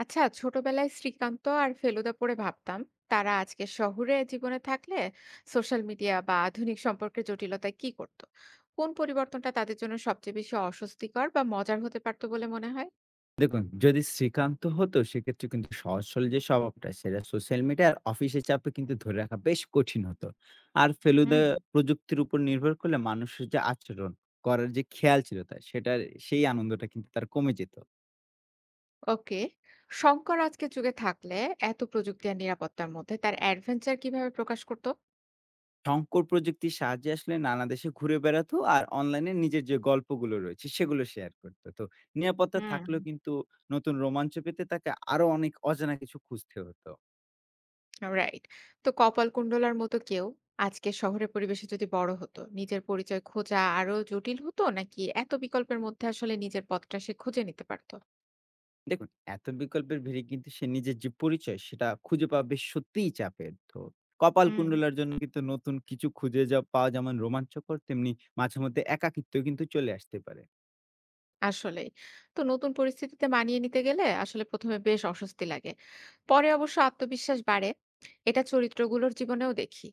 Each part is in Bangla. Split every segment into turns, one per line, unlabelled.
আচ্ছা ছোটবেলায় শ্রীকান্ত আর ফেলুদা পড়ে ভাবতাম তারা আজকে শহুরে জীবনে থাকলে সোশ্যাল মিডিয়া বা আধুনিক সম্পর্কের জটিলতায় কি করত, কোন পরিবর্তনটা তাদের জন্য সবচেয়ে বেশি অস্বস্তিকর বা মজার হতে পারতো বলে মনে হয়?
দেখুন, যদি শ্রীকান্ত হতো সেক্ষেত্রে কিন্তু সহজ-সরল যে স্বভাবটা সেটা সোশ্যাল মিডিয়া আর অফিসের চাপে কিন্তু ধরে রাখা বেশ কঠিন হতো। আর ফেলুদা
হুম।
প্রযুক্তির উপর নির্ভর করলে মানুষের যে আচরণ করার যে খেয়াল ছিল তার সেটার সেই আনন্দটা কিন্তু তার কমে যেত।
ওকে, শঙ্কর আজকে যুগে থাকলে এত প্রযুক্তি আর নিরাপত্তার মধ্যে তার অ্যাডভেঞ্চার কিভাবে প্রকাশ করতো?
শঙ্কর প্রযুক্তির সাহায্যে আসলে নানা দেশে ঘুরে বেড়াতো আর অনলাইনে নিজের যে গল্পগুলো রয়েছে সেগুলো শেয়ার করত। তো নিরাপত্তা
হুম।
থাকলেও কিন্তু নতুন রোমাঞ্চ পেতে তাকে আরো অনেক অজানা কিছু খুঁজতে হতো।
রাইট। তো কপালকুণ্ডলার মতো কেউ আজকের শহরের পরিবেশে যদি বড় হতো, নিজের পরিচয় খোঁজা আরো জটিল হতো নাকি এত বিকল্পের মধ্যে আসলে নিজের পথটা সে খুঁজে নিতে পারতো?
দেখুন, এত বিকল্পের ভিড়ে কিন্তু সে নিজের যে পরিচয় সেটা খুঁজে পাওয়া বেশ সত্যিই চাপের। তো
হুম।
কপালকুণ্ডলার জন্য কিন্তু নতুন কিছু খুঁজে যা পাওয়া যেমন রোমাঞ্চকর, তেমনি মাঝে মধ্যে একাকিত্ব কিন্তু চলে আসতে পারে।
আসলেই। তো নতুন পরিস্থিতিতে মানিয়ে নিতে গেলে আসলে ১ম এ বেশ অস্বস্তি লাগে। পরে অবশ্য আত্মবিশ্বাস বাড়ে। এটা চরিত্রগুলোর জীবনেও দেখি।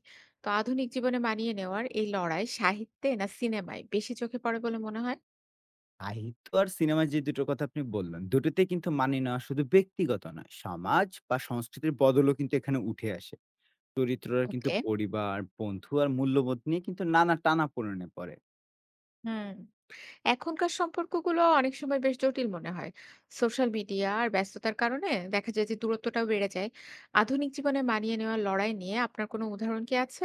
তো আধুনিক জীবনে মানিয়ে নেওয়ার এই লড়াই সাহিত্যে না সিনেমায় বেশি চোখে পড়ে বলে মনে হয়?
সাহিত্য আর সিনেমা যে দুটোর কথা আপনি বললেন, দুটোতেই কিন্তু মানিয়ে নেওয়া শুধু ব্যক্তিগত নয়, সমাজ বা সংস্কৃতির বদলও কিন্তু এখানে উঠে আসে। চরিত্ররা কিন্তু
ওকে।
পরিবার, বন্ধু আর মূল্যবোধ নিয়ে কিন্তু নানা টানাপোড়েনে পড়ে।
হুম। এখনকার সম্পর্কগুলো অনেক সময় বেশ জটিল মনে হয়। সোশ্যাল মিডিয়া আর ব্যস্ততার কারণে দেখা যায় যে দূরত্বটাও বেড়ে যায়। আধুনিক জীবনে মানিয়ে নেওয়ার লড়াই নিয়ে আপনার কোনো উদাহরণ কি আছে?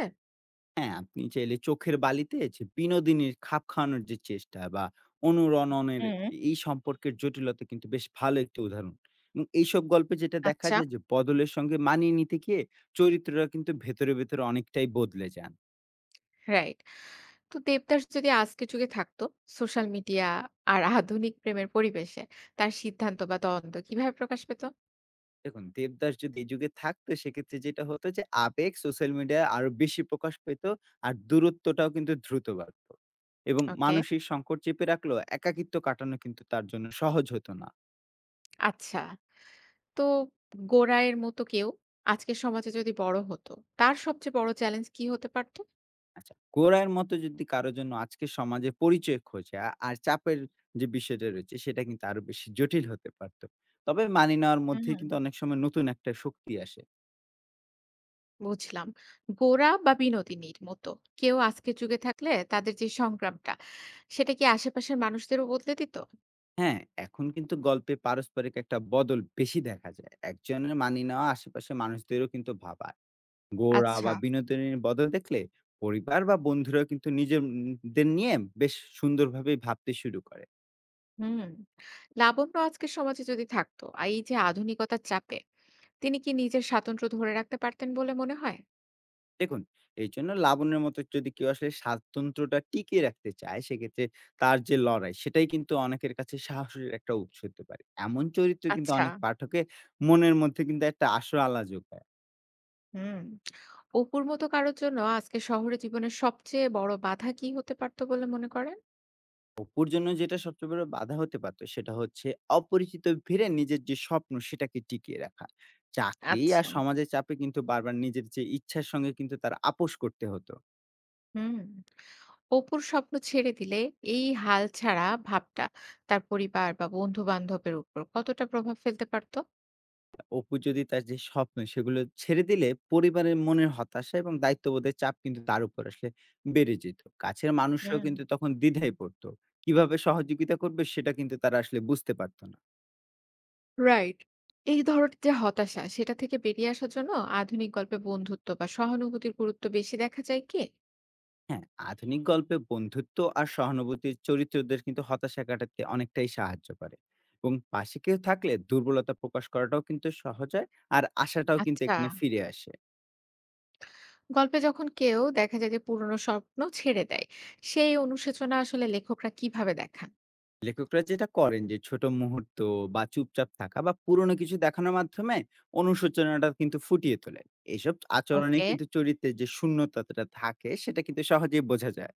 হ্যাঁ, আপনি চাইলে চোখের বালিতে যে বিনোদিনীর খাপ খাওয়ানোর যে চেষ্টা বা অনুরণনের
হুম।
এই সম্পর্কের জটিলতা কিন্তু বেশ ভালো একটা উদাহরণ। এবং এইসব গল্পে যেটা দেখা
আচ্ছা,
যায়, যে বদলের সঙ্গে মানিয়ে নিতে গিয়ে চরিত্ররা কিন্তু ভেতরে, ভেতরে অনেকটাই বদলে যান।
রাইট। তো দেবদাস যদি আজকের যুগে থাকতো, সোশ্যাল মিডিয়া আর আধুনিক প্রেমের পরিবেশে তার সিদ্ধান্ত বা দ্বন্দ্ব কিভাবে প্রকাশ পেত?
দেখুন, দেবদাস যদি এই যুগে থাকতো, সেক্ষেত্রে যেটা হতো যে আবেগ সোশ্যাল মিডিয়ায় আরো বেশি প্রকাশ পেত আর দূরত্বটাও কিন্তু দ্রুত বাড়তো। এবং
ওকে,
মানসিক সংকট চেপে রাখলেও একাকিত্ব কাটানো কিন্তু তার জন্য সহজ হতো না।
আচ্ছা। তো গোরায়ের মতো কেউ আজকের সমাজে যদি বড় হতো, তার সবচেয়ে বড় চ্যালেঞ্জ কি হতে পারত?
আচ্ছা, গোড়ার মতো যদি কারো জন্য আজকের সমাজে পরিচয় খোঁজা আর চাপের যে বিষয়টা রয়েছে, সেটা কিন্তু আরো বেশি জটিল হতে পারতো। তবে মানিয়ে নেওয়ার মধ্যে
হুম।
কিন্তু অনেক সময় নতুন একটা শক্তি আসে।
বুঝলাম। গোরা বা বিনোদিনীর মতো কেউ আজকের যুগে থাকলে তাদের যে সংগ্রামটা, সেটা কি আশেপাশের মানুষদেরও বদলে দিত?
হ্যাঁ, এখন কিন্তু গল্পে পারস্পরিক একটা বদল বেশি দেখা যায়। একজনের মানিয়ে নেওয়া আশেপাশের মানুষদেরও কিন্তু ভাবায়। গোড়া
আচ্ছা।
বা বিনোদনের বদল দেখলে পরিবার বা বন্ধুরাও কিন্তু নিজের দের নিয়ে বেশ সুন্দরভাবে ভাবতে শুরু করে।
হুম। লাবণ্য আজকের সমাজে যদি থাকতো, আর এই যে আধুনিকতার চাপে, তিনি কি নিজের স্বাতন্ত্র্য ধরে রাখতে পারতেন বলে মনে হয়?
দেখুন, এই জন্য লাবণ্যর মতো যদি কেউ আসলে স্বাতন্ত্র্যটা টিকিয়ে রাখতে চায়, সেক্ষেত্রে তার যে লড়াই, সেটাই কিন্তু অনেকের কাছে সাহসের একটা উৎস হতে পারে। এমন চরিত্র কিন্তু
আচ্ছা।
অনেক পাঠকের মনের মধ্যে কিন্তু একটা আসল আলা যোগায়।
হুম। অপুর মতো কারোর জন্য আজকে শহুরে জীবনের সবচেয়ে বড় বাধা কি হতে পারতো বলে মনে করেন?
অপুর জন্য যেটা সবচেয়ে বড় বাধা হতে পারত, সেটা হচ্ছে অপরিচিত ভিড়ে নিজের যে স্বপ্ন, সেটাকে টিকিয়ে রাখা। চাকরি আর
আচ্ছা।
সমাজের চাপে কিন্তু বারবার নিজের যে ইচ্ছার সঙ্গে কিন্তু তার আপোস করতে হতো।
হুম। অপুর স্বপ্ন ছেড়ে দিলে এই হাল ছাড়া ভাবটা তার পরিবার বা বন্ধু বান্ধবের উপর কতটা প্রভাব ফেলতে পারতো?
অপু যদি তার যে স্বপ্ন সেগুলো ছেড়ে দিলে, পরিবারের মনের হতাশা এবং দায়িত্ববোধের চাপ কিন্তু তার উপর আসলে বেড়ে যেত। কাছের মানুষরাও
হুম।
কিন্তু তখন দ্বিধায় পড়তো। কিভাবে সহযোগিতা করবে সেটা কিন্তু তারা আসলে বুঝতে পারত না।
রাইট। এই ধরনের যে হতাশা সেটা থেকে বেরিয়ে আসার জন্য আধুনিক গল্পে বন্ধুত্ব বা সহানুভূতির গুরুত্ব বেশি দেখা যায় কি?
হ্যাঁ, আধুনিক গল্পে বন্ধুত্ব আর সহানুভূতির চরিত্রদের কিন্তু হতাশা কাটাতে অনেকটাই সাহায্য করে, এবং পাশে কেউ থাকলে দুর্বলতা প্রকাশ করাটাও কিন্তু সহজ হয়, আর আশাটাও কিন্তু
আচ্ছা।
এখানে ফিরে আসে।
গল্পে যখন কেউ দেখা যায় যে পুরনো স্বপ্ন ছেড়ে দেয়, সেই অনুশোচনা আসলে লেখকরা কিভাবে দেখান?
লেখকরা যেটা করেন যে ছোট মুহূর্ত বা চুপচাপ থাকা বা পুরনো কিছু দেখানোর মাধ্যমে অনুশোচনাটা কিন্তু ফুটিয়ে তোলে। এসব আচরণে
ওকে।
কিন্তু চরিত্রের যে শূন্যতাটা থাকে, সেটা কিন্তু সহজেই বোঝা যায়।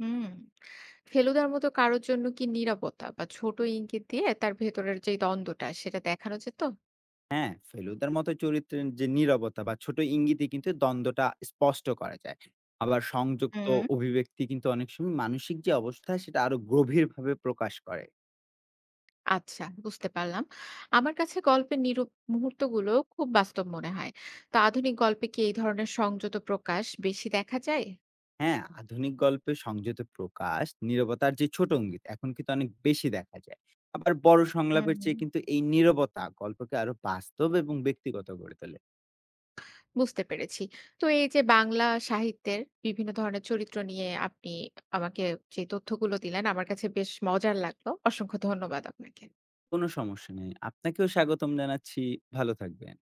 হুম। ফেলুদার মতো কারোর জন্য কি নীরবতা বা ছোট ইঙ্গিত দিয়ে তার ভেতরের যে দ্বন্দ্বটা সেটা দেখানো যেত?
হ্যাঁ, ফেলুদার মতো চরিত্রের যে নীরবতা বা ছোট ইঙ্গিতে কিন্তু দ্বন্দ্বটা স্পষ্ট করা যায়। আবার সংযুক্ত
হুম।
অভিব্যক্তি কিন্তু অনেক সময় মানসিক যে অবস্থা সেটা আরো গভীরভাবে প্রকাশ করে।
আচ্ছা, বুঝতে পারলাম। আমার কাছে গল্পের নীরব মুহূর্তগুলো খুব বাস্তব মনে হয়। তো আধুনিক গল্পে কি এই ধরনের সংযত প্রকাশ বেশি দেখা যায়?
হ্যাঁ, আধুনিক গল্পে সংযত প্রকাশ, নীরবতার যে ছোট ইঙ্গিত এখন কিন্তু অনেক বেশি দেখা যায়। আবার বড় সংলাপের চেয়ে কিন্তু
হুম।
এই নীরবতা গল্পকে আরো বাস্তব এবং ব্যক্তিগত করে তোলে।
বুঝতে পেরেছি। তো এই যে বাংলা সাহিত্যের বিভিন্ন ধরনের চরিত্র নিয়ে আপনি আমাকে যে তথ্যগুলো দিলেন, আমার কাছে বেশ মজার লাগলো। অসংখ্য ধন্যবাদ আপনাকে।
কোনো সমস্যা নেই। আপনাকেও স্বাগতম জানাচ্ছি। ভালো থাকবেন।